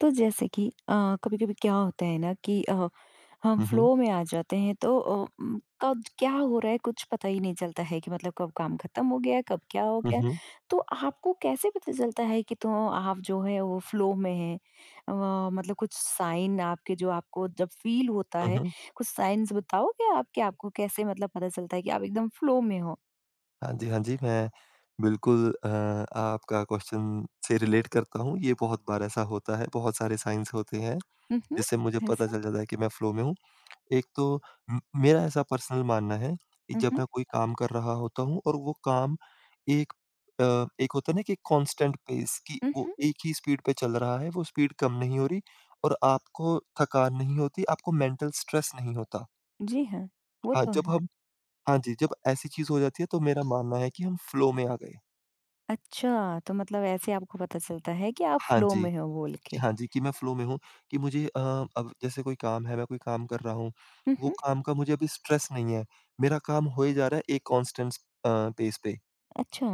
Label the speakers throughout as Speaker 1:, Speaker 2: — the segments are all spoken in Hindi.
Speaker 1: तो जैसे कि कभी-कभी क्या होता है ना कि हम
Speaker 2: हुँ, हुँ।
Speaker 1: फ्लो में आ जाते हैं तो कब क्या हो रहा है कुछ पता ही नहीं चलता है कि मतलब कब काम खत्म हो गया, कब क्या हो
Speaker 2: हुँ,
Speaker 1: गया।
Speaker 2: हुँ।
Speaker 1: तो आपको कैसे पता चलता है कि तो आप जो है वो फ्लो में हैं? अ, मतलब कुछ साइन आपके जो आपको जब फील होता
Speaker 2: हुँ,
Speaker 1: है,
Speaker 2: हुँ।
Speaker 1: कुछ साइन्स बताओगे आप कि आपको कैसे मतलब पता चलता है कि आप एकदम फ्लो में हो?
Speaker 2: हाँ जी, हाँ जी, मैं बिल्कुल आपका क्वेश्चन से रिलेट करता हूँ। ये बहुत बार ऐसा होता है, बहुत सारे साइंस होते हैं,
Speaker 1: हुँ, हुँ।
Speaker 2: जिससे मुझे पता
Speaker 1: जैसे?
Speaker 2: चल जाता है कि मैं फ्लो में हूँ। एक तो म मेरा ऐसा पर्सनल मानना है कि
Speaker 1: हुँ,
Speaker 2: जब
Speaker 1: हुँ।
Speaker 2: मैं कोई काम कर रहा होता हूँ और वो काम एक एक होता है ना कि कांस्टेंट पेस कि
Speaker 1: हुँ,
Speaker 2: वो
Speaker 1: हुँ।
Speaker 2: एक ही स्पीड पे चल रहा है, वो स्पीड कम नहीं हो रही और आपको थकान नहीं होती, आपको मेंटल स्ट्रेस नहीं होता।
Speaker 1: जी हाँ, वो
Speaker 2: हाँ,
Speaker 1: तो
Speaker 2: जब
Speaker 1: है।
Speaker 2: हम हाँ जी, जब ऐसी चीज़ हो जाती है तो मेरा मानना है कि हम फ्लो में आ गए।
Speaker 1: अच्छा, तो मतलब ऐसे आपको पता चलता है कि आप
Speaker 2: हाँ
Speaker 1: फ़्लो
Speaker 2: जी,
Speaker 1: में हो बोल के।
Speaker 2: हाँ जी, कि मैं फ्लो में हूँ कि अब जैसे कोई काम है, मैं कोई काम कर रहा हूँ,
Speaker 1: हुँ,
Speaker 2: वो
Speaker 1: हुँ,
Speaker 2: काम का मुझे अभी स्ट्रेस नहीं है। मेरा काम होए जा रहा है एक कांस्टेंट पेस पे।
Speaker 1: अच्छा,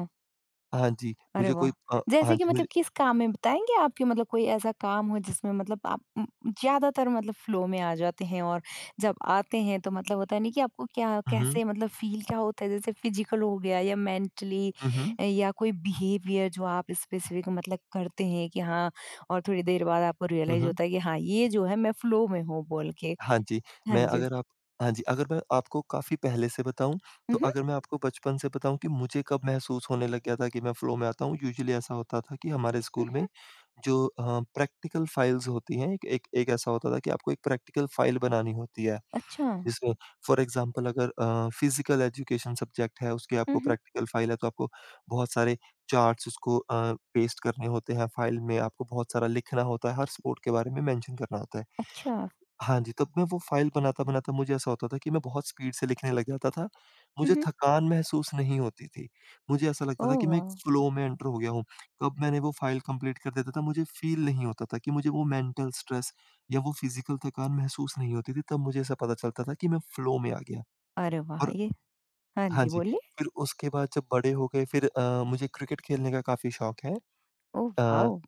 Speaker 1: अरे वाह!
Speaker 2: हाँ
Speaker 1: जैसे कि
Speaker 2: जी,
Speaker 1: मतलब
Speaker 2: मुझे
Speaker 1: किस काम में बताएँगे आपके मतलब कोई ऐसा काम हो जिसमें मतलब आप ज़्यादातर मतलब फ़्लो में आ जाते हैं और जब आते हैं तो मतलब होता है नहीं कि आपको क्या
Speaker 2: हुँ, हुँ।
Speaker 1: कैसे मतलब फ़ील क्या होता है जैसे फ़िज़िकल हो गया या मेंटली
Speaker 2: हुँ, हुँ।
Speaker 1: या कोई बिहेवियर जो आप स्पेसिफ़िक मतलब करते हैं कि हाँ और थोड़ी देर बाद आपको
Speaker 2: हुँ,
Speaker 1: रियलाइज़
Speaker 2: हुँ।
Speaker 1: होता है कि हाँ, ये जो है मैं फ़्लो में हूँ बोल के।
Speaker 2: हाँ जी,
Speaker 1: हाँ
Speaker 2: मैं
Speaker 1: जी।
Speaker 2: अगर आप हाँ जी, अगर मैं आपको काफ़ी पहले से बताऊँ,
Speaker 1: हुँ,
Speaker 2: तो
Speaker 1: हुँ,
Speaker 2: अगर मैं आपको बचपन से बताऊँ कि मुझे कब महसूस होने लग गया था कि मैं फ्लो में आता हूँ, यूजुअली ऐसा होता था कि हमारे
Speaker 1: हुँ,
Speaker 2: स्कूल
Speaker 1: हुँ,
Speaker 2: में जो अ, प्रैक्टिकल फाइल्स होती हैं, एक एक एक ऐसा होता था कि आपको एक प्रैक्टिकल फाइल बनानी होती है,
Speaker 1: अच्छा।
Speaker 2: जिसमें फॉर एग्ज़ाम्पल अगर फिज़िकल एजुकेशन सब्जेक्ट है, उसकी
Speaker 1: हुँ,
Speaker 2: आपको
Speaker 1: हुँ।
Speaker 2: प्रैक्टिकल फाइल है, तो आपको बहुत सारे चार्ट्स उसको पेस्ट करने होते हैं फाइल में, आपको बहुत सारा लिखना होता है, हर स्पोर्ट के बारे में मेंशन करना होता है।
Speaker 1: अच्छा।
Speaker 2: हाँ जी, तब मैं वो फ़ाइल बनाता-बनाता मुझे ऐसा होता था कि मैं बहुत स्पीड से लिखने लग जाता था।
Speaker 1: हुँ,
Speaker 2: मुझे
Speaker 1: हुँ।
Speaker 2: थकान महसूस नहीं होती थी। मुझे ऐसा लगता
Speaker 1: ओह
Speaker 2: था कि मैं एक
Speaker 1: वाह!
Speaker 2: फ़्लो में एंटर हो गया हूँ। कब मैंने वो फ़ाइल कंप्लीट कर देता था, मुझे फ़ील नहीं होता था कि मुझे वो मेंटल स्ट्रेस या वो फ़िज़िकल थकान महसूस नहीं होती थी। तब मुझे ऐसा पता चलता था कि मैं फ़्लो में आ गया।
Speaker 1: अरे वाह!
Speaker 2: और
Speaker 1: ये हाँ
Speaker 2: हाँ
Speaker 1: जी,
Speaker 2: जी,
Speaker 1: बोलिए।
Speaker 2: फिर उसके बाद जब बड़े हो गए फिर मुझे क्रिकेट खेलने का काफ़ी शौक है।
Speaker 1: Oh
Speaker 2: uh
Speaker 1: wow!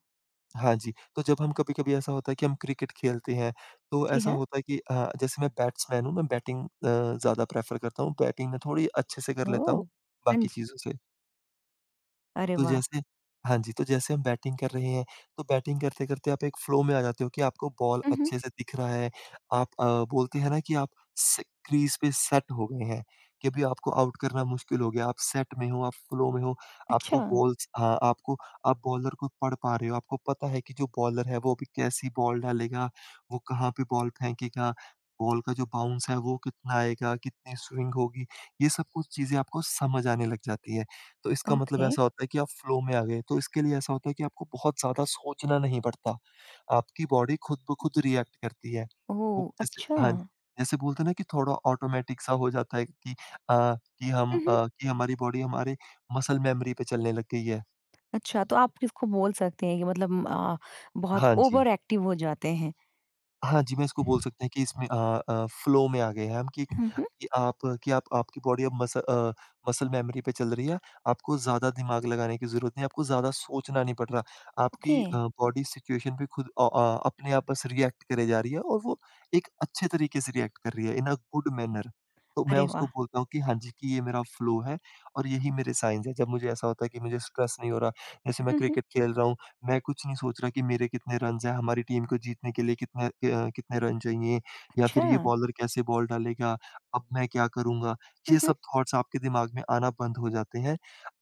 Speaker 2: हाँ जी, तो जब हम कभी-कभी ऐसा होता है कि हम क्रिकेट खेलते हैं, तो
Speaker 1: जी
Speaker 2: ऐसा
Speaker 1: हाँ।
Speaker 2: होता है कि जैसे मैं बैट्समैन हूँ, मैं बैटिंग ज़्यादा प्रेफ़र करता हूँ, बैटिंग मैं थोड़ी अच्छे से कर लेता हूँ,
Speaker 1: ओह! हाँ
Speaker 2: बाकी
Speaker 1: जी।
Speaker 2: चीज़ों से।
Speaker 1: अरे
Speaker 2: तो
Speaker 1: वाह!
Speaker 2: जैसे हाँ जी, तो जैसे हम बैटिंग कर रहे हैं, तो बैटिंग करते-करते आप एक फ्लो में आ जाते हो कि आपको बॉल
Speaker 1: हुँ, हुँ।
Speaker 2: अच्छे से दिख रहा है। आप अ, बोलते हैं ना कि आप स क्रीज़ पे सेट हो गए हैं, कि अभी आपको आउट करना मुश्किल हो गया। आप सेट में हो, आप फ्लो में हो,
Speaker 1: अच्छा,
Speaker 2: आपको बॉल्स हाँ, आपको आप बॉलर को पढ़ पा रहे हो। आपको पता है कि जो बॉलर है, वो अभी कैसी बॉल डालेगा, वो कहाँ पे बॉल फेंकेगा, बॉल का जो बाउंस है, वो कितना आएगा, कितनी स्विंग होगी। ये सब कुछ चीज़ें आपको समझ आने लग जाती है। तो इसका मतलब
Speaker 1: ओके।
Speaker 2: ऐसा होता है कि आप फ्लो में आ गए। तो इसके लिए ऐसा होता है कि आपको बहुत ज़्यादा सोचना नहीं पड़ता। आपकी बॉडी खुद ब खुद रिएक्ट करती है। वो
Speaker 1: ओह!
Speaker 2: जैसे
Speaker 1: अच्छा।
Speaker 2: हाँ, जैसे बोलते हैं ना कि थोड़ा ऑटोमेटिक सा हो जाता है कि अ, कि हम
Speaker 1: हुँ, हुँ।
Speaker 2: अ, कि हमारी बॉडी हमारे मसल मेमोरी पे चलने लग गई है।
Speaker 1: अच्छा, तो आप किसको बोल सकते हैं कि मतलब बहुत
Speaker 2: हाँ जी।
Speaker 1: ओवर एक्टिव हो जाते हैं।
Speaker 2: हाँ जी, मैं इसको बोल सकते हैं कि इसमें फ्लो में आ गए हैं हम
Speaker 1: हुँ, हुँ।
Speaker 2: कि आप आपकी बॉडी अब मसल मेमोरी पे चल रही है। आपको ज़्यादा दिमाग लगाने की ज़रूरत नहीं है, आपको ज़्यादा सोचना नहीं पड़ रहा। आपकी
Speaker 1: ओके।
Speaker 2: अ, बॉडी सिचुएशन पे खुद अपने आप बस रिएक्ट करे जा रही है और वो एक अच्छे तरीके से रिएक्ट कर रही है इन अ गुड मैनर। तो मैं
Speaker 1: अरे
Speaker 2: उसको
Speaker 1: वाह!
Speaker 2: बोलता हूँ कि हाँ जी, कि ये मेरा फ्लो है और यही मेरे साइन्स हैं। जब मुझे ऐसा होता है कि मुझे स्ट्रेस नहीं हो रहा, जैसे मैं
Speaker 1: हुँ, हुँ।
Speaker 2: क्रिकेट खेल रहा हूँ मैं कुछ नहीं सोच रहा कि मेरे कितने रन्स हैं, हमारी टीम को जीतने के लिए कितने रन चाहिए या
Speaker 1: अच्छा।
Speaker 2: फिर ये बॉलर कैसे बॉल डालेगा, अब मैं क्या करूँगा?
Speaker 1: हुँ,
Speaker 2: ये
Speaker 1: हुँ।
Speaker 2: सब थॉट्स आपके दिमाग में आना बंद हो जाते हैं।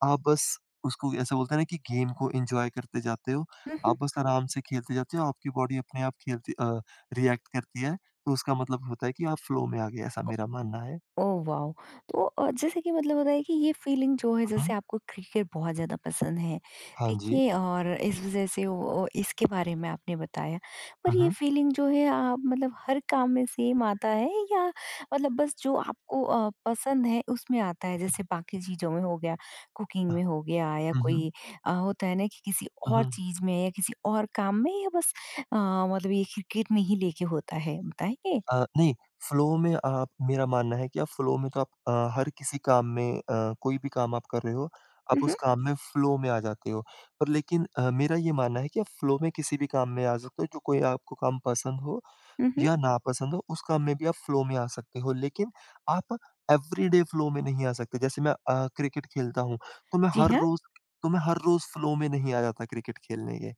Speaker 2: आप बस उसको ऐसा बोलते हैं ना कि गेम को एन्जॉय करते जाते हो,
Speaker 1: हुँ, हुँ।
Speaker 2: आप बस आराम से खेलते जाते हो, आपकी बॉडी अपने आप रिएक्ट करती है, तो उसका मतलब होता है कि आप फ्लो में आ गए, ऐसा मेरा मानना है।
Speaker 1: Oh wow! तो जैसे कि मतलब होता है कि ये फीलिंग जो है
Speaker 2: हुँ,
Speaker 1: जैसे
Speaker 2: हुँ।
Speaker 1: आपको क्रिकेट बहुत ज़्यादा पसंद है,
Speaker 2: हाँ जी।
Speaker 1: देखिए और इस वज़ह से वो इसके बारे में आपने बताया। पर
Speaker 2: हुँ,
Speaker 1: ये
Speaker 2: हुँ।
Speaker 1: फीलिंग जो है आप मतलब हर काम में सेम आता है या मतलब बस जो आपको पसंद है उसमें आता है? जैसे बाकी चीज़ों में हो गया, कुकिंग
Speaker 2: अ,
Speaker 1: में हो गया या
Speaker 2: हुँ, हुँ।
Speaker 1: कोई होता है ना कि किसी
Speaker 2: हुँ,
Speaker 1: और
Speaker 2: हुँ।
Speaker 1: चीज़ में या किसी और काम में या बस अ, मतलब ये क्रिकेट में ही लेके होता है, बताएँगे?
Speaker 2: नहीं, फ्लो में आप मेरा मानना है कि आप फ्लो में तो आप हर किसी काम में कोई भी काम आप कर रहे हो,
Speaker 1: हुँ,
Speaker 2: आप उस
Speaker 1: हुँ।
Speaker 2: काम में फ्लो में आ जाते हो। पर लेकिन अ, मेरा ये मानना है कि आप फ्लो में किसी भी काम में आ सकते हो, जो कोई आपको काम पसंद हो
Speaker 1: हुँ, हुँ।
Speaker 2: या नापसंद हो, उस काम में भी आप फ्लो में आ सकते हो, लेकिन आप एवरीडे फ्लो में नहीं आ सकते। जैसे मैं क्रिकेट खेलता हूँ, तो मैं
Speaker 1: जी
Speaker 2: हर
Speaker 1: हाँ,
Speaker 2: रोज़ तो मैं हर रोज़ फ्लो में नहीं आ जाता क्रिकेट खेलने के।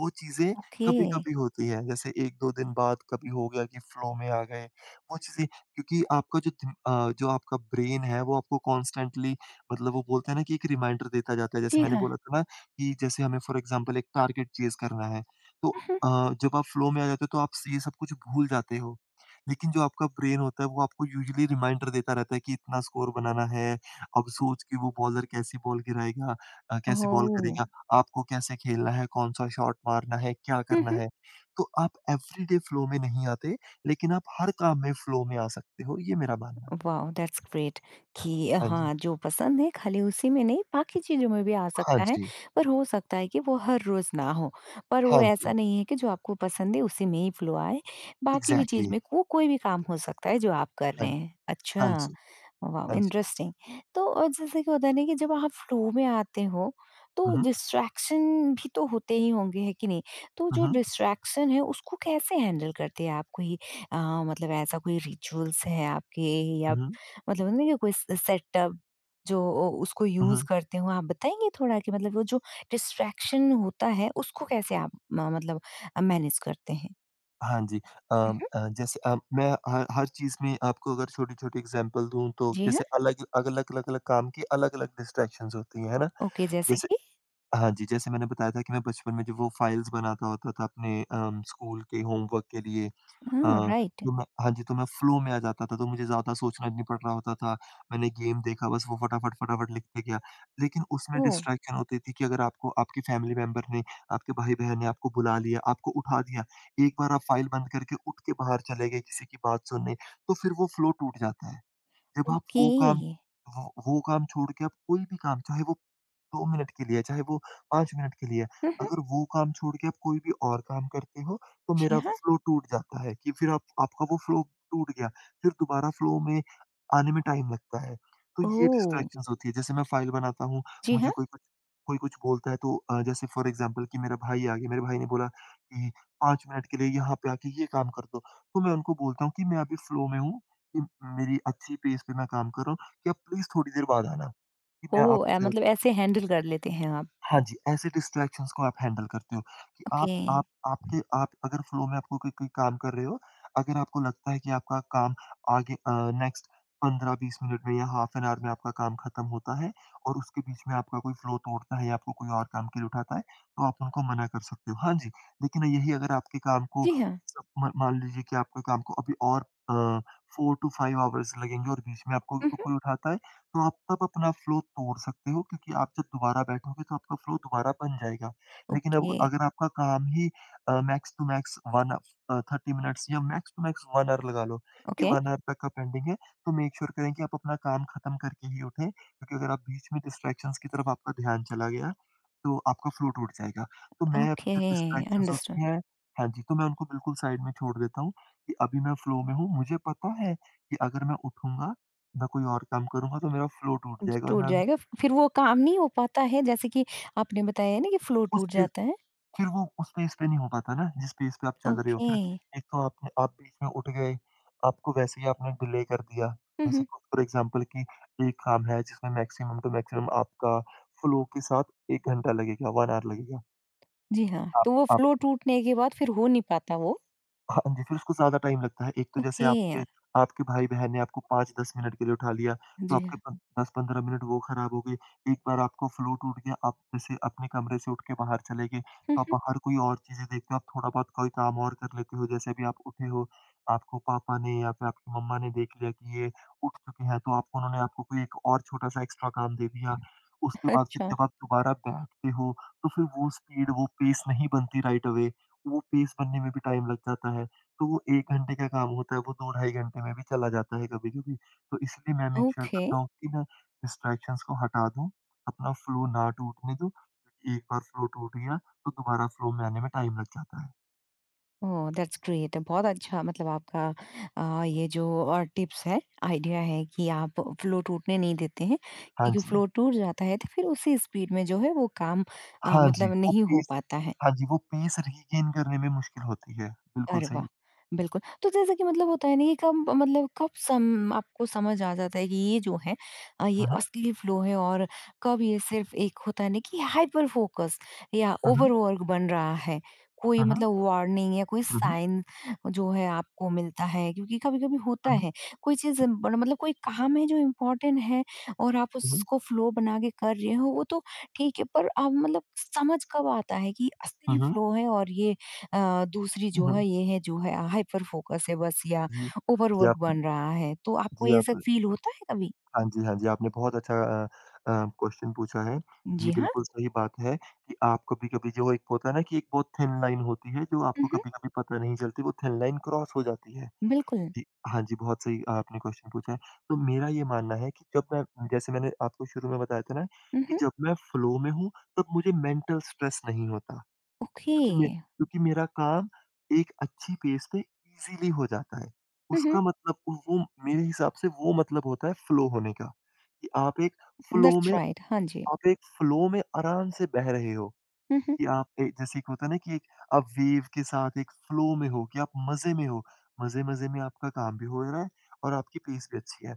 Speaker 2: वो चीज़ें
Speaker 1: ओके।
Speaker 2: कभी-कभी होती हैं, जैसे 1-2 दिन बाद कभी हो गया कि फ्लो में आ गए। वो चीज़ें क्योंकि आपका जो आपका ब्रेन है, वो आपको कॉन्स्टेंटली मतलब वो बोलते हैं ना कि एक रिमाइंडर देता जाता है। जैसे
Speaker 1: जी
Speaker 2: मैंने
Speaker 1: हाँ।
Speaker 2: बोला था ना कि जैसे हमें फॉर एग्ज़ाम्पल एक टारगेट चेज़ करना है, तो
Speaker 1: उहुँ।
Speaker 2: जब आप फ्लो में आ जाते हो तो आप स ये सब कुछ भूल जाते हो। लेकिन जो आपका ब्रेन होता है वो आपको यूजुअली रिमाइंडर देता रहता है कि इतना स्कोर बनाना है। अब सोच कि वो बॉलर कैसी बॉल गिराएगा कैसी बॉल
Speaker 1: ओह!
Speaker 2: करेगा, आपको कैसे खेलना है, कौन-सा शॉट मारना है, क्या
Speaker 1: हुँ,
Speaker 2: करना
Speaker 1: हुँ।
Speaker 2: है। तो आप एवरीडे फ्लो में नहीं आते, लेकिन आप हर काम में फ्लो में आ सकते हो, ये मेरा मानना है।
Speaker 1: वाओ! दैट्स ग्रेट कि
Speaker 2: हाँ जी।
Speaker 1: हाँ, जो पसंद है खाली उसी में नहीं बाकी चीज़ों में भी आ
Speaker 2: हाँ
Speaker 1: सकता है,
Speaker 2: जी,
Speaker 1: पर हो सकता है कि वो हर रोज़ ना हो। पर वो
Speaker 2: हाँ
Speaker 1: ऐसा
Speaker 2: जी।
Speaker 1: नहीं है कि जो आपको पसंद है उसी में ही फ्लो आए, बाकी भी चीज़
Speaker 2: एग्ज़ैक्टली।
Speaker 1: में वो कोई भी काम हो सकता है जो आप कर
Speaker 2: हाँ,
Speaker 1: रहे हैं।
Speaker 2: हाँ
Speaker 1: अच्छा।
Speaker 2: जी,
Speaker 1: वाओ
Speaker 2: हाँ जी।
Speaker 1: इंटरेस्टिंग तो जैसे कि होता है ना कि जब आप फ्लो में आते हो तो
Speaker 2: हुँ, हुँ।
Speaker 1: डिस्ट्रैक्शन भी तो होते ही होंगे है कि नहीं तो
Speaker 2: हुँ,
Speaker 1: जो
Speaker 2: हुँ।
Speaker 1: डिस्ट्रैक्शन है उसको कैसे हैंडल करते हैं आप कोई अ, मतलब ऐसा कोई रिचुअल्स है आपके या मतलब होता है ना कि कोई सेटअप जो उसको
Speaker 2: हुँ,
Speaker 1: यूज
Speaker 2: हुँ।
Speaker 1: करते हो आप बताएंगे थोड़ा कि मतलब वो जो डिस्ट्रैक्शन होता है उसको कैसे आप मतलब मैनेज करते हैं
Speaker 2: हाँ जी।
Speaker 1: मम्म,
Speaker 2: जैसे मैं हर हर चीज़ में आपको अगर छोटी-छोटी एग्ज़ाम्पल दूँ तो
Speaker 1: जी हाँ
Speaker 2: जैसे अलग अलग अलग-अलग काम की अलग-अलग डिस्ट्रैक्शंस होती हैं, है ना?
Speaker 1: ओके जैसे
Speaker 2: जैसे
Speaker 1: कि
Speaker 2: हाँ जी, जैसे मैंने बताया था कि मैं बचपन में जो वो फाइल्स बनाता होता था अपने स्कूल के होमवर्क के लिए
Speaker 1: हाँ राइट
Speaker 2: तो मैं हाँ जी, तो मैं फ्लो में आ जाता था, तो मुझे ज़्यादा सोचना नहीं पड़ रहा होता था। मैंने गेम देखा बस वो फटाफट, फटाफट लिखते गया। लेकिन उसमें
Speaker 1: ओ
Speaker 2: डिस्ट्रैक्शन होती थी कि अगर आपको आपके फैमिली मेंबर ने, आपके भाई-बहन ने आपको बुला लिया, आपको उठा दिया, एक बार आप फाइल बंद करके उठ के बाहर चले गए किसी की बात सुनने, तो फिर वो फ्लो टूट जाता है। जब आप
Speaker 1: ओके
Speaker 2: वो काम छोड़ के आप कोई भी काम, चाहे वो 2 मिनट के लिए है, चाहे वो 5 मिनट के लिए है, अगर वो काम छोड़ के आप कोई भी और काम करते हो, तो
Speaker 1: जी
Speaker 2: मेरा
Speaker 1: हाँ।
Speaker 2: फ्लो टूट जाता है कि फिर आप आपका वो फ्लो टूट गया, फिर दोबारा फ्लो में आने में टाइम लगता है। तो ये
Speaker 1: ओह!
Speaker 2: डिस्ट्रैक्शंस होती है, जैसे मैं फ़ाइल बनाता हूँ,
Speaker 1: जी
Speaker 2: मुझे
Speaker 1: हाँ।
Speaker 2: कोई कुछ बोलता है तो जैसे फ़ॉर एग्ज़ाम्पल कि मेरा भाई आ गया, मेरे भाई ने बोला कि 5 मिनट के लिए यहाँ पे आके ये काम कर दो, तो मैं उनको बोलता हूँ कि मैं अभी फ्लो में हूँ कि मेरी अच्छी पेस पे मैं काम कर रहा हूँ कि आप प्लीज़ थोड़ी देर बाद आना, कि मैं
Speaker 1: ओह!
Speaker 2: आपकी हेल्प
Speaker 1: मतलब ऐसे हैंडल कर लेते हैं आप।
Speaker 2: हाँ जी, ऐसे डिस्ट्रैक्शंस को आप हैंडल करते हो कि
Speaker 1: ओके।
Speaker 2: आप आपके आप अगर फ्लो में आपको कोई कोई काम कर रहे हो, अगर आपको लगता है कि आपका काम आगे नेक्स्ट 15-20 मिनट में या हाफ एन आवर में आपका काम खत्म होता है और उसके बीच में आपका कोई फ्लो तोड़ता है या आपको कोई और काम के लिए उठाता है, तो आप उनको मना कर सकते हो। हाँ जी, लेकिन यही अगर आपके काम को
Speaker 1: जी हाँ।
Speaker 2: सब म मान लीजिए कि आपके काम को अभी और 4 टू 5 आवर्स लगेंगे और बीच में आपको
Speaker 1: हुँ, हुँ।
Speaker 2: कोई उठाता है तो आप तब अपना फ़्लो तोड़ सकते हो क्योंकि आप जब दोबारा बैठोगे तो आपका फ़्लो दोबारा बन जाएगा। लेकिन अब
Speaker 1: ओके,
Speaker 2: अगर आपका काम ही मैक्स टू मैक्स 1 अ, 30 मिनट्स या मैक्स टू मैक्स 1 आवर लगा लो कि
Speaker 1: ओके,
Speaker 2: 1 आवर तक का पेंडिंग है, तो मेक श्योर करें कि आप अपना काम खत्म करके ही उठें, क्योंकि अगर आप बीच में डिस्ट्रैक्शंस की तरफ आपका ध्यान चला गया, तो आपका फ़्लो टूट जाएगा। तो मैं
Speaker 1: ओके
Speaker 2: अपने डिस्ट्रैक्शंस
Speaker 1: अंडरस्टूड।
Speaker 2: होती हैं हाँ जी, तो मैं उनको बिल्कुल साइड में छोड़ देता हूँ कि अभी मैं फ़्लो में हूँ। मुझे पता है कि अगर मैं उठूँगा मैं कोई और काम करूँगा तो मेरा फ्लो टूट जाएगा और
Speaker 1: टूट
Speaker 2: मैं
Speaker 1: जाएगा फिर वो काम नहीं हो पाता है जैसे कि आपने बताया है ना कि फ्लो
Speaker 2: उस
Speaker 1: टूट
Speaker 2: पेस
Speaker 1: जाता है।
Speaker 2: फिर वो उस पेस पे नहीं हो पाता ना जिस पेस पे आप चल रहे हो।
Speaker 1: ओके।
Speaker 2: फिर एक तो आपने आप बीच में उठ गए, आपको वैसे ही आपने डिले कर दिया।
Speaker 1: हुँ,
Speaker 2: जैसे
Speaker 1: हुँ।
Speaker 2: कि फॉर एग्ज़ाम्पल कि एक काम है जिसमें मैक्सिमम टू मैक्सिमम आपका फ्लो के साथ 1 घंटा लगेगा, 1 आवर लगेगा।
Speaker 1: जी हाँ, तो वो
Speaker 2: आप
Speaker 1: फ्लो टूटने के बाद फिर हो नहीं पाता वो।
Speaker 2: हाँ हाँ जी, फिर उसको ज़्यादा टाइम लगता है। एक तो जैसे
Speaker 1: ओके।
Speaker 2: आपके आपके भाई-बहन ने आपको 5-10 मिनट के लिए उठा लिया, तो
Speaker 1: जी हाँ।
Speaker 2: आपके प 10-15 मिनट वो ख़राब हो गए। एक बार आपको फ्लो टूट गया, आप जैसे अपने कमरे से उठ के बाहर चले गए,
Speaker 1: हुँ,
Speaker 2: तो आप बाहर कोई और चीज़ें देखते हो, आप थोड़ा बहुत कोई काम और कर लेते हो। जैसे अभी आप उठे हो, आपको पापा ने या फिर आपकी मम्मा ने देख लिया कि ये उठ चुके हैं, तो आपको उन्होंने आपको कोई एक और छोटा-सा एक्स्ट्रा काम दे दिया। उसके
Speaker 1: हुँ।
Speaker 2: बाद फिर
Speaker 1: अच्छा,
Speaker 2: जब आप दोबारा बैठते हो, तो फिर वो स्पीड, वो पेस नहीं बनती राइट अवे। वो पेस्ट बनने में भी टाइम लग जाता है। तो वो 1 घंटे का काम होता है, वो 2 ढाई घंटे में भी चला जाता है कभी-कभी। तो इसलिए मैं मेक श्योर
Speaker 1: ओके।
Speaker 2: करता हूँ कि मैं डिस्ट्रैक्शंस को हटा दूँ, अपना फ्लो ना टूटने दूँ। क्योंकि एक बार फ्लो टूट गया, तो दोबारा फ्लो में आने में टाइम लग जाता है।
Speaker 1: ओह! दैट्स ग्रेट बहुत अच्छा मतलब आपका ये जो टिप्स है, आइडिया है कि आप फ्लो टूटने नहीं देते हैं,
Speaker 2: हाँ
Speaker 1: क्योंकि
Speaker 2: जी।
Speaker 1: फ्लो टूट जाता है तो फिर उसी स्पीड में जो है वो काम
Speaker 2: हाँ जी,
Speaker 1: मतलब
Speaker 2: वो
Speaker 1: नहीं हो
Speaker 2: पेस
Speaker 1: पाता है।
Speaker 2: हाँ जी, वो पेस रीगेन करने में मुश्किल होती है। बिल्कुल
Speaker 1: अरे वाह!
Speaker 2: सही।
Speaker 1: बिल्कुल। तो जैसे कि मतलब होता है ना, ये कब मतलब कब सम आपको समझ आ जाता है कि ये जो है ये
Speaker 2: हुँ, हुँ।
Speaker 1: असली फ़्लो है और कब ये सिर्फ़ एक होता है ना कि हाइपर फ़ोकस या
Speaker 2: हुँ, हुँ।
Speaker 1: ओवरवर्क बन रहा है? कोई
Speaker 2: हुँ, हुँ।
Speaker 1: मतलब वार्निंग या कोई
Speaker 2: हुँ, हुँ।
Speaker 1: साइन जो है आपको मिलता है? क्योंकि कभी-कभी होता है, कोई चीज़ बड़ा मतलब कोई काम है जो इम्पोर्टेंट है और आप
Speaker 2: हुँ, हुँ।
Speaker 1: उसको फ़्लो बना के कर रहे हो, वो तो ठीक है, पर अब मतलब समझ कब आता है कि
Speaker 2: हुँ,
Speaker 1: असली
Speaker 2: हुँ।
Speaker 1: फ़्लो है और ये दूसरी
Speaker 2: हुँ,
Speaker 1: जो
Speaker 2: हुँ।
Speaker 1: है ये है जो है हाइपर फोकस है बस या
Speaker 2: जी। जी,
Speaker 1: ओवरवर्क
Speaker 2: आप
Speaker 1: बन रहा है। तो आपको
Speaker 2: जी,
Speaker 1: ये सब
Speaker 2: आप
Speaker 1: फील होता है कभी?
Speaker 2: हाँ जी, हाँ जी, आपने बहुत अच्छा क्वेश्चन पूछा है। ये
Speaker 1: जी हाँ।
Speaker 2: बिल्कुल सही बात है कि आप कभी-कभी जो एक होता है ना कि एक बहुत थिन लाइन होती है जो
Speaker 1: हुँ,
Speaker 2: आपको
Speaker 1: हुँ।
Speaker 2: कभी-कभी पता नहीं चलती, वो थिन लाइन क्रॉस हो जाती है।
Speaker 1: बिल्कुल।
Speaker 2: जी, हाँ जी, बहुत सही आपने क्वेश्चन पूछा है। तो मेरा ये मानना है कि जब मैं जैसे मैंने आपको शुरू में बताया था ना
Speaker 1: हुँ,
Speaker 2: कि
Speaker 1: हुँ।
Speaker 2: जब मैं फ्लो में हूँ, तब मुझे मेंटल स्ट्रेस नहीं होता।
Speaker 1: ओके।
Speaker 2: क्योंकि मेरा काम एक अच्छी पेस पे ईज़िली हो जाता है।
Speaker 1: हुँ, हुँ।
Speaker 2: उसका मतलब वो मेरे हिसाब से वो मतलब होता है फ्लो होने का, कि आप एक फ्लो
Speaker 1: दैट्स
Speaker 2: में
Speaker 1: राइट। हाँ जी।
Speaker 2: फ्लो में आराम से बह रहे हो।
Speaker 1: हुँ, हुँ।
Speaker 2: कि आप ए जैसे एक होता है ना कि एक आप वेव के साथ एक फ्लो में हो कि आप मज़े में हो। मज़े-मज़े में आपका काम भी हो रहा है और आपकी पेस भी अच्छी है।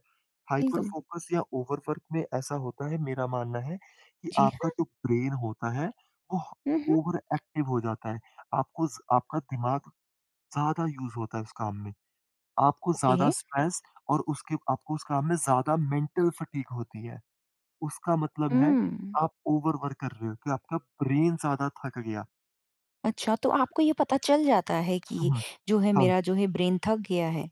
Speaker 2: हाइपर
Speaker 1: बिल्कुल।
Speaker 2: फ़ोकस या ओवरवर्क में ऐसा होता है मेरा मानना है कि
Speaker 1: जी
Speaker 2: आपका
Speaker 1: हाँ।
Speaker 2: जो ब्रेन होता है वो
Speaker 1: हुँ, हुँ।
Speaker 2: ओवर एक्टिव हो जाता है। आपको ज़ आपका दिमाग ज़्यादा यूज़ होता है उस काम में। आपको
Speaker 1: ओके।
Speaker 2: ज़्यादा स्ट्रेस और उसके आपको उस काम में ज़्यादा मेंटल फटीग होती है। उसका मतलब है
Speaker 1: हुँ।
Speaker 2: आप ओवरवर्क कर रहे हो कि आपका ब्रेन ज़्यादा थक गया।
Speaker 1: अच्छा तो आपको ये पता चल जाता है कि जो है
Speaker 2: hug
Speaker 1: मेरा जो है ब्रेन थक गया है।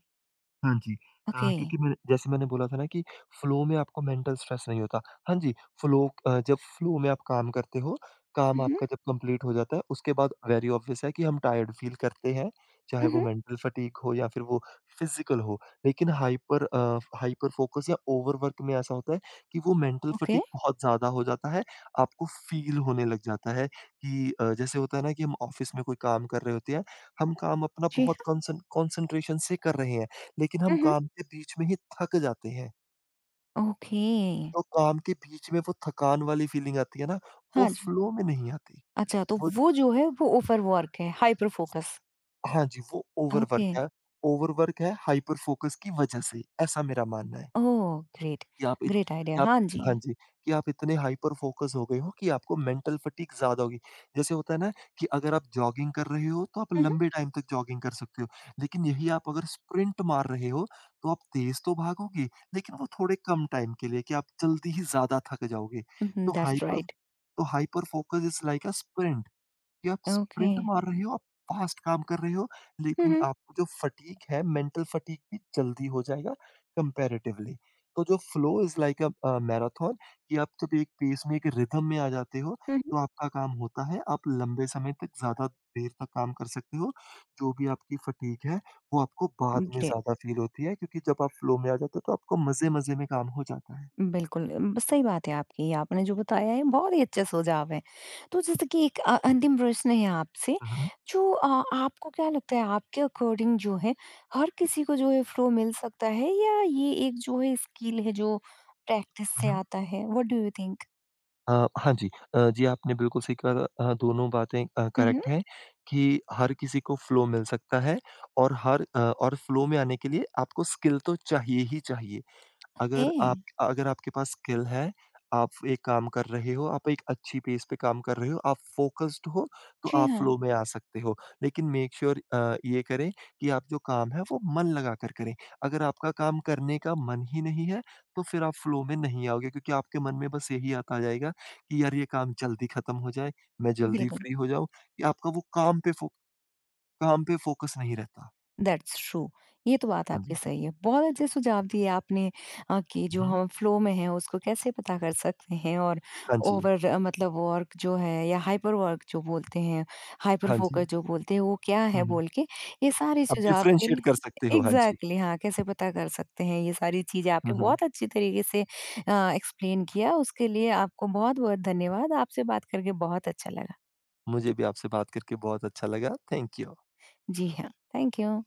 Speaker 2: हाँ जी।
Speaker 1: ओके।
Speaker 2: क्योंकि मैंने जैसे मैंने बोला था ना कि फ्लो में आपको मेंटल स्ट्रेस नहीं होता। हाँ जी, जब फ्लो में आप काम करते हो, काम
Speaker 1: हुँ, हुँ।
Speaker 2: आपका जब कंप्लीट हो जाता है, उसके बाद वेरी ऑब्वियस है कि हम टायर्ड फ़ील करते हैं, चाहे
Speaker 1: हुँ,
Speaker 2: वो
Speaker 1: हुँ।
Speaker 2: मेंटल फटीग हो या फिर वो फ़िज़िकल हो। लेकिन हाइपर अ, हाइपर फ़ोकस या ओवरवर्क में ऐसा होता है कि वो मेंटल
Speaker 1: ओके।
Speaker 2: फटीग बहुत ज़्यादा हो जाता है, आपको फ़ील होने लग जाता है कि जैसे होता है ना कि हम ऑफ़िस में कोई काम कर रहे होते हैं, हम काम अपना
Speaker 1: जी
Speaker 2: बहुत
Speaker 1: हाँ।
Speaker 2: कॉन्सन्ट्रेशन से कर रहे हैं। लेकिन
Speaker 1: हुँ,
Speaker 2: हम
Speaker 1: हुँ।
Speaker 2: काम के बीच में ही थक जाते हैं।
Speaker 1: ओके।
Speaker 2: तो काम के बीच में वो थकान वाली फ़ीलिंग आती है ना, वो
Speaker 1: हाँ जी।
Speaker 2: फ्लो में नहीं आती।
Speaker 1: अच्छा तो
Speaker 2: वो ज
Speaker 1: वो जो है वो ओवरवर्क है, हाइपर फोकस।
Speaker 2: हाँ जी, वो ओवरवर्क
Speaker 1: ओके।
Speaker 2: है। ओवरवर्क है हाइपर फ़ोकस की वजह से, ऐसा मेरा मानना है।
Speaker 1: ओह! ग्रेट,
Speaker 2: कि आप इत
Speaker 1: ग्रेट आइडिया।
Speaker 2: कि आप
Speaker 1: हाँ जी।
Speaker 2: हाँ जी, कि आप इतने हाइपर फ़ोकस हो गए हो कि आपको मेंटल फटीग ज़्यादा होगी। जैसे होता है ना कि अगर आप जॉगिंग कर रहे हो तो आप
Speaker 1: हुँ, हुँ।
Speaker 2: लंबे टाइम तक जॉगिंग कर सकते हो। लेकिन यही आप अगर स्प्रिंट मार रहे हो तो आप तेज़ तो भागोगे लेकिन वो थोड़े कम टाइम के लिए कि आप जल्दी ही ज़्यादा थक जाओगे।
Speaker 1: उहुँ,
Speaker 2: तो
Speaker 1: दैट्स
Speaker 2: हाइपर
Speaker 1: राइट।
Speaker 2: तो hyper focus is like a sprint कि आप
Speaker 1: ओके।
Speaker 2: स्प्रिंट मार रहे हो, आप फास्ट काम कर रहे हो,
Speaker 1: हुँ,
Speaker 2: लेकिन
Speaker 1: हुँ।
Speaker 2: आपको जो फटीग है, मेंटल फटीग भी जल्दी हो जाएगा कंपैरेटिवली। तो जो flow is like a marathon कि आप जब एक पेस में, एक रिदम में आ जाते हो,
Speaker 1: हुँ, हुँ।
Speaker 2: तो आपका काम होता है, आप लंबे समय तक ज़्यादा देर तक काम कर सकते हो। जो भी आपकी फटीग है, वो आपको बाद में
Speaker 1: ग्रेट,
Speaker 2: ज़्यादा फ़ील होती है क्योंकि जब आप फ्लो में आ जाते हो, तो आपको मज़े-मज़े में काम हो जाता है।
Speaker 1: बिल्कुल सही बात है आपकी। आपने जो बताया है बहुत ही अच्छे सुझाव हैं। तो जैसे कि एक अंतिम प्रश्न है आपसे
Speaker 2: हुँ, हुँ।
Speaker 1: जो आपको क्या लगता है आपके अकॉर्डिंग जो है हर किसी को जो है फ़्लो मिल सकता है या ये एक जो है स्किल है जो प्रैक्टिस
Speaker 2: हुँ,
Speaker 1: से
Speaker 2: हुँ।
Speaker 1: आता है? What do you think?
Speaker 2: हाँ जी। जी, आपने बिल्कुल सही कहा दोनों बातें
Speaker 1: हुँ, हुँ।
Speaker 2: करेक्ट हैं कि हर किसी को फ्लो मिल सकता है और फ्लो में आने के लिए आपको स्किल तो चाहिए ही चाहिए।
Speaker 1: ओके।
Speaker 2: अगर आपके पास स्किल है, आप एक काम कर रहे हो, आप एक अच्छी पेस पे काम कर रहे हो, आप फ़ोकस्ड हो, तो
Speaker 1: जी
Speaker 2: आप
Speaker 1: हाँ,
Speaker 2: फ्लो में आ सकते हो। लेकिन मेक श्योर ये करें कि आप जो काम है वो मन लगाकर करें। अगर आपका काम करने का मन ही नहीं है, तो फिर आप फ्लो में नहीं आओगे क्योंकि आपके मन में बस यही आता जाएगा कि यार ये काम जल्दी खत्म हो जाए, मैं जल्दी
Speaker 1: बिल्कुल।
Speaker 2: फ्री हो जाऊँ, कि आपका वो काम पे फ़ोकस नहीं रहता।
Speaker 1: That's true. ये तो बात
Speaker 2: हाँ
Speaker 1: आपकी
Speaker 2: जी।
Speaker 1: सही है। बहुत अच्छे सुझाव दिए आपने कि जो
Speaker 2: हुँ,
Speaker 1: हम फ्लो में हैं उसको कैसे पता कर सकते हैं और
Speaker 2: हाँ जी,
Speaker 1: ओवर मतलब वर्क जो है या हाइपर वर्क जो बोलते हैं, हाइपर
Speaker 2: हाँ
Speaker 1: फोकस
Speaker 2: जी।
Speaker 1: जो बोलते हैं वो क्या है
Speaker 2: हुँ, हुँ।
Speaker 1: बोल के ये सारे
Speaker 2: आप
Speaker 1: सुझाव के
Speaker 2: डिफरेंशिएट
Speaker 1: लिए
Speaker 2: कर सकते हो। हाँ जी।
Speaker 1: एग्ज़ैक्टली हाँ, कैसे पता कर सकते हैं ये सारी चीज़ें
Speaker 2: हुँ,
Speaker 1: आपने
Speaker 2: हुँ।
Speaker 1: बहुत अच्छी तरीके से एक्सप्लेन किया उसके लिए आपको बहुत-बहुत धन्यवाद। आपसे बात करके बहुत अच्छा लगा।
Speaker 2: मुझे भी आपसे बात करके बहुत अच्छा लगा। Thank you.
Speaker 1: जी हाँ, थैंक यू।